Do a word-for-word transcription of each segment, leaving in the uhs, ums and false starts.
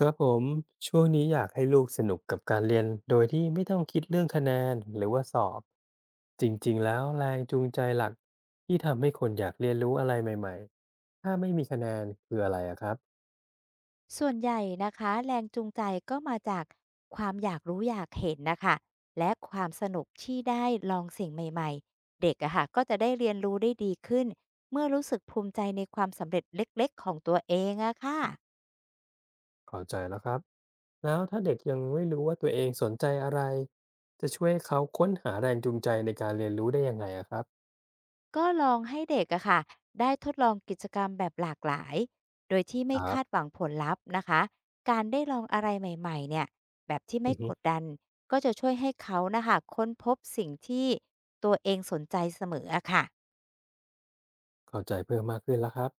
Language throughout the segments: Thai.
ครับผมช่วงนี้อยากให้ลูกสนุกกับการเรียนโดยที่ไม่ต้องคิดเรื่องคะแนนหรือว่าสอบจริงๆแล้วแรงจูงใจหลักที่ทำให้คนอยากเรียนรู้อะไรใหม่ๆถ้าไม่มีคะแนนคืออะไรอะครับส่วนใหญ่นะคะแรงจูงใจก็มาจากความอยากรู้อยากเห็นนะคะและความสนุกที่ได้ลองสิ่งใหม่ๆเด็กอะค่ะก็จะได้เรียนรู้ได้ดีขึ้นเมื่อรู้สึกภูมิใจในความสำเร็จเล็กๆของตัวเองอะค่ะเข้าใจแล้วครับแล้วถ้าเด็กยังไม่รู้ว่าตัวเองสนใจอะไรจะช่วยเขาค้นหาแรงจูงใจในการเรียนรู้ได้ยังไงอะครับก็ลองให้เด็กอะค่ะได้ทดลองกิจกรรมแบบหลากหลายโดยที่คไม่รัคาดหบ วังผลลัพธ์นะคะการได้ลองอะไรใหม่ๆเนี่ยแบบที่ไม่กดดันก็จะช่วยให้เขานะคะค้นพบสิ่งที่ตัวเองสนใจเสมออะค่ะ เข้าใจเพิ่มมากขึ้นแล้วครับ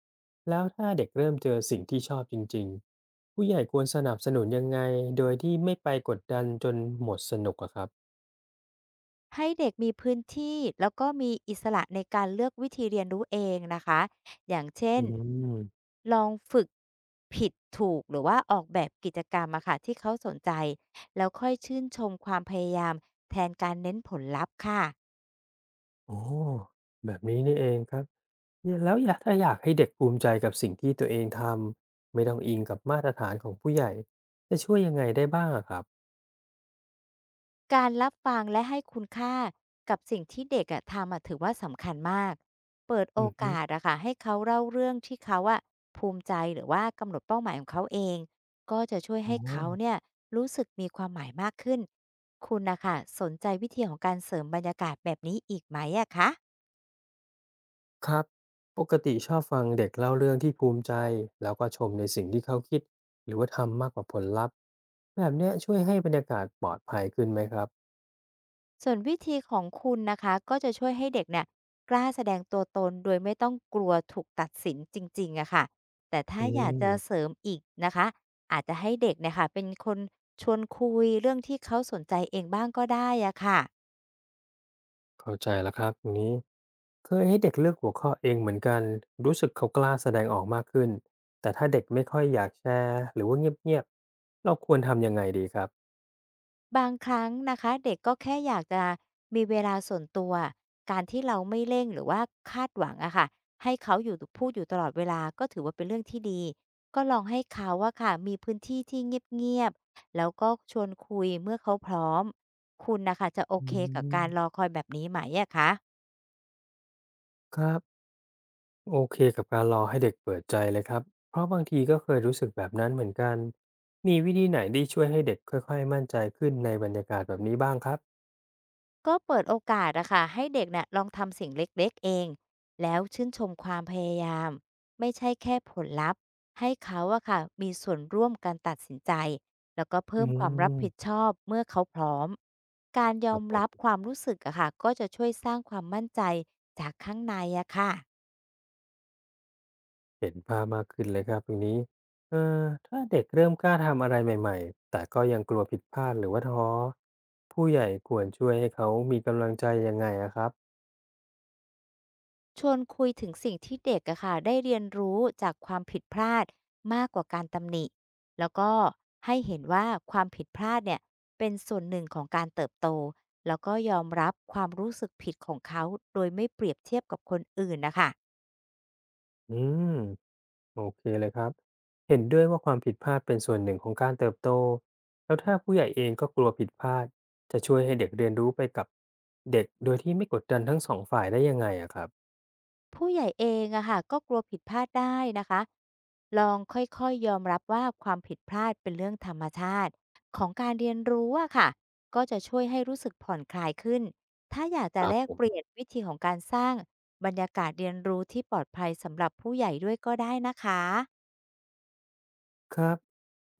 แล้วถ้าเด็กเริ่มเจอสิ่งที่ชอบจริงๆผู้ใหญ่ควรสนับสนุนยังไงโดยที่ไม่ไปกดดันจนหมดสนุกอะครับให้เด็กมีพื้นที่แล้วก็มีอิสระในการเลือกวิธีเรียนรู้เองนะคะ อย่างเช่น อืมลองฝึกผิดถูกหรือว่าออกแบบกิจกรรมอะค่ะที่เขาสนใจแล้วค่อยชื่นชมความพยายามแทนการเน้นผลลัพธ์ค่ะ โอ้แบบนี้นี่เองครับเนี่ยแล้วอยากถ้าอยากให้เด็กภูมิใจกับสิ่งที่ตัวเองทำไม่ต้องอิงกับมาตรฐานของผู้ใหญ่จะช่วยยังไงได้บ้างอะครับการรับฟังและให้คุณค่ากับสิ่งที่เด็กอะทำอะถือว่าสำคัญมาก เปิดโออือฮึกาสอะค่ะให้เขาเล่าเรื่องที่เขาอะภูมิใจหรือว่ากำหนดเป้าหมายของเขาเองก็จะช่วยอ๋อ ให้เขาเนี่ยรู้สึกมีความหมายมากขึ้น คุณนะคะสนใจวิธีของการเสริมบรรยากาศแบบนี้อีกไหมอะคะ ครับปกติชอบฟังเด็กเล่าเรื่องที่ภูมิใจแล้วก็ชมในสิ่งที่เขาคิดหรือว่าทำมากกว่าผลลัพธ์แบบเนี้ยช่วยให้บรรยากาศปลอดภัยขึ้นไหมครับส่วนวิธีของคุณนะคะก็จะช่วยให้เด็กเนี่ยกล้าแสดงตัวตนโดยไม่ต้องกลัวถูกตัดสินจริงๆอะค่ะแต่ถ้าอือยากจะเสมริมอีกนะคะอาจจะให้เด็กเนี่ยค่ะเป็นคนชวนคุยเรื่องที่เขาสนใจเองบ้างก็ได้อะค่ะ เข้าใจแล้วครับอย่างนี้เคยให้เด็กเลือกหัวข้อเองเหมือนกันรู้สึกเขากล้าแสดงออกมากขึ้นแต่ถ้าเด็กไม่ค่อยอยากแชร์หรือว่าเงียบๆเราควรทำยังไงดีครับบางครั้งนะคะเด็กก็แค่อยากจะมีเวลาส่วนตัวการที่เราไม่เร่งหรือว่าคาดหวังอะค่ะให้เขาอยู่พูดอยู่ตลอดเวลาก็ถือว่าเป็นเรื่องที่ดีก็ลองให้เขาอะค่ะมีพื้นที่ที่เงียบๆแล้วก็ชวนคุยเมื่อเขาพร้อมคุณนะคะจะโออืเคกับการรอมคอยแบบนี้ไหมอะคะ ครับ โอเคกับการรอให้เด็กเปิดใจเลยครับเพราะบางทีก็เคยรู้สึกแบบนั้นเหมือนกันมีวิธีไหนที่ช่วยให้เด็กค่อยๆมั่นใจขึ้นในบรรยากาศแบบนี้บ้างครับก็เปิดโอกาสอะค่ะให้เด็กเน่ยลองทำสิ่งเล็กๆเองแล้วชื่นชมความพยายามไม่ใช่แค่ผลลัพธ์ให้เขาอะค่ะมีส่วนร่วมการตัดสินใจแล้วก็อืเพิ่มความรับผิดมชอบเมื่อเขาพร้อมการยคอรับมผรับมความรู้สึกอะค่ะก็จะช่วยสร้างความมั่นใจจากข้างในอะค่ะ เห็นภาพมากขึ้นเลยครับตรงนี้เอ่อถ้าเด็กเริ่มกล้าทำอะไรใหม่ๆแต่ก็ยังกลัวผิดพลาดหรือว่าท้อผู้ใหญ่ควรช่วยให้เขามีกำลังใจยังไงอะครับชวนคุยถึงสิ่งที่เด็กอะค่ะได้เรียนรู้จากความผิดพลาดมากกว่าการตำหนิแล้วก็ให้เห็นว่าความผิดพลาดเนี่ยเป็นส่วนหนึ่งของการเติบโตแล้วก็ยอมรับความรู้สึกผิดของเขาโดยไม่เปรียบเทียบกับคนอื่นนะคะ อืม โอเคเลยครับเห็นด้วยว่าความผิดพลาดเป็นส่วนหนึ่งของการเติบโตแล้วถ้าผู้ใหญ่เองก็กลัวผิดพลาดจะช่วยให้เด็กเรียนรู้ไปกับเด็กโดยที่ไม่กดดันทั้งสองฝ่ายได้ยังไงอะครับผู้ใหญ่เองอะค่ะก็กลัวผิดพลาดได้นะคะลองค่อยๆยอมรับว่าความผิดพลาดเป็นเรื่องธรรมชาติของการเรียนรู้อะค่ะก็จะช่วยให้รู้สึกผ่อนคลายขึ้นถ้าอยากจะครัแลบกผมเปลี่ยนวิธีของการสร้างบรรยากาศเรียนรู้ที่ปลอดภัยสำหรับผู้ใหญ่ด้วยก็ได้นะคะ ครับ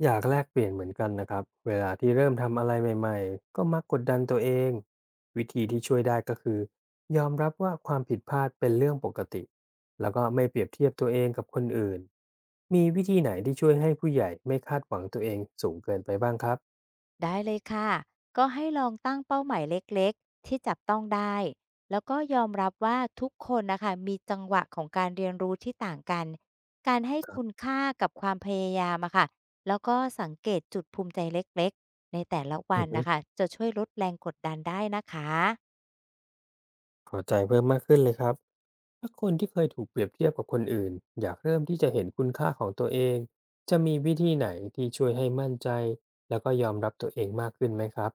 อยากแลกเปลี่ยนเหมือนกันนะครับเวลาที่เริ่มทำอะไรใหม่ๆก็มักกดดันตัวเองวิธีที่ช่วยได้ก็คือยอมรับว่าความผิดพลาดเป็นเรื่องปกติ แล้วก็ไม่เปรียบเทียบตัวเองกับคนอื่นมีวิธีไหนที่ช่วยให้ผู้ใหญ่ไม่คาดหวังตัวเองสูงเกินไปบ้างครับ ได้เลยค่ะ ก็ให้ลองตั้งเป้าหมายเล็กๆที่จับต้องได้ แล้วก็ยอมรับว่าทุกคนนะคะมีจังหวะของการเรียนรู้ที่ต่างกัน การให้คุณค่ากับความพยายามอะค่ะแล้วก็สังเกตจุดภูมิใจเล็กๆในแต่ละวัอืนอฮึนะคะจะช่วยลดแรงกดดันได้นะคะ เข้าใจเพิ่มมากขึ้นเลยครับถ้าคนที่เคยถูกเปรียบเทียบกับคนอื่นอยากเริ่มที่จะเห็นคุณค่าของตัวเองจะมีวิธีไหนที่ช่วยให้มั่นใจแล้วก็ยอมรับตัวเองมากขึ้นไหมครับ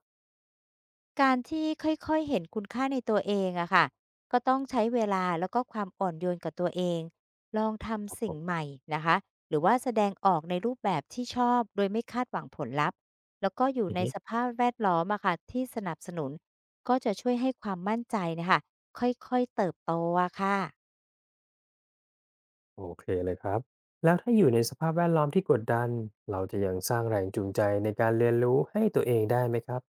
การที่ค่อยๆเห็นคุณค่าในตัวเองอะค่ะก็ต้องใช้เวลาแล้วก็ความอ่อนโยนกับตัวเอง ลองครับทำผสิ่งใหมม่นะคะหรือว่าแสดงออกในรูปแบบที่ชอบโดยไม่คาดหวังผลลัพธ์แล้วก็อยู่อือในฮึสภาพแวดล้อมอะค่ะที่สนับสนุน ก็จะช่วยให้ความมั่นใจนะค่ะค่อยๆเติบโตอะค่ะ โอเคเลยครับแล้วถ้าอยู่ในสภาพแวดล้อมที่กดดันเราจะยังสร้างแรงจูงใจในการเรียนรู้ให้ตัวเองได้ไหมครับ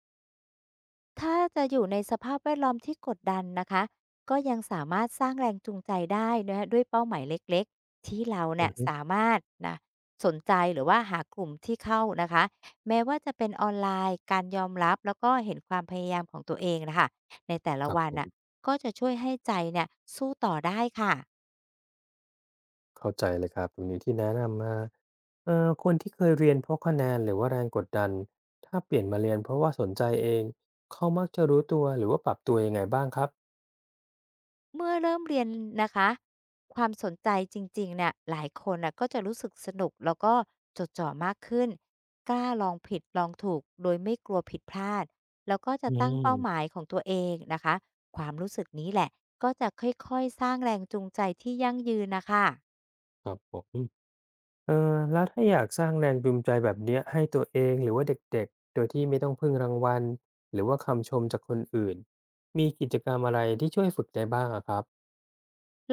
ถ้าจะอยู่ในสภาพแวดล้อมที่กดดันนะคะ ก็ยังสามารถสร้างแรงจูงใจได้นะคะด้วยเป้าหมายเล็กๆที่เราอืเนี่อยฮึสามารถนะสนใจหรือว่าหากลุ่มที่เข้านะคะแม้ว่าจะเป็นออนไลน์การยอมรับแล้วก็เห็นความพยายามของตัวเองนะคะในแต่ละครับวัผนน่ะม ก็จะช่วยให้ใจเนี่ยสู้ต่อได้ค่ะ เข้าใจเลยครับตรงนี้ที่แนะนำมาเอ่อคนที่เคยเรียนเพราะคะแนนหรือว่าแรงกดดันถ้าเปลี่ยนมาเรียนเพราะว่าสนใจเองเขามักจะรู้ตัวหรือว่าปรับตัวยังไงบ้างครับเมื่อเริ่มเรียนนะคะความสนใจจริงๆเนี่ยหลายคนน่ะก็จะรู้สึกสนุกแล้วก็จดจ่อมากขึ้นกล้าลองผิดลองถูกโดยไม่กลัวผิดพลาดแล้วก็จะอืตั้งเป้าหมายมของตัวเองนะคะความรู้สึกนี้แหละก็จะค่อยๆสร้างแรงจูงใจที่ยั่งยืนนะคะ ครับผมเออแล้วถ้าอยากสร้างแรงจูงใจแบบเนี้ยให้ตัวเองหรือว่าเด็กๆโดยที่ไม่ต้องพึ่งรางวัลหรือว่าคำชมจากคนอื่นมีกิจกรรมอะไรที่ช่วยฝึกได้บ้างอะครับ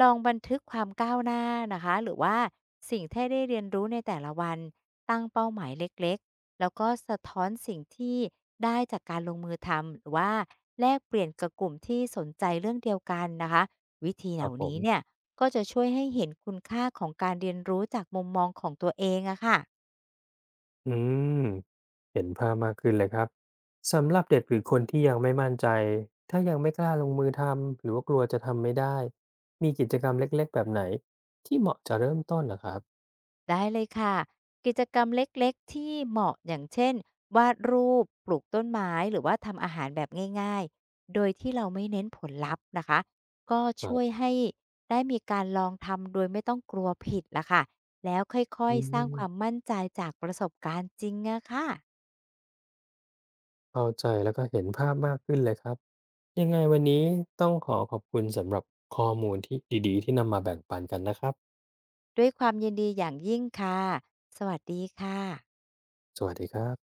ลองบันทึกความก้าวหน้านะคะหรือว่าสิ่งที่ได้เรียนรู้ในแต่ละวันตั้งเป้าหมายเล็กๆแล้วก็สะท้อนสิ่งที่ได้จากการลงมือทำหรือว่าแลกเปลี่ยนกับกลุ่มที่สนใจเรื่องเดียวกันนะคะวิธีคเหรัล่าบผม นี้เนี่ยก็จะช่วยให้เห็นคุณค่าของการเรียนรู้จากมุมมองของตัวเองอะค่ะ อืมเห็นภาพมากขึ้นเลยครับสำหรับเด็กหรือคนที่ยังไม่มั่นใจถ้ายังไม่กล้าลงมือทำหรือว่ากลัวจะทำไม่ได้มีกิจกรรมเล็กๆแบบไหนที่เหมาะจะเริ่มต้นนะครับได้เลยค่ะกิจกรรมเล็กๆที่เหมาะอย่างเช่นวาดรูปปลูกต้นไม้หรือว่าทำอาหารแบบง่ายๆโดยที่เราไม่เน้นผลลัพธ์นะคะก็ครัช่วยบให้ได้มีการลองทำโดยไม่ต้องกลัวผิดละค่ะแล้วค่อยอืๆสร้างความมมั่นใจจากประสบการณ์จริงนะค่ะเข้าใจแล้วก็เห็นภาพมากขึ้นเลยครับยังไงวันนี้ต้องขอขอบคุณสำหรับข้อมูลที่ดีๆที่นำมาแบ่งปันกันนะครับด้วยความยินดีอย่างยิ่งค่ะสวัสดีค่ะสวัสดีครับ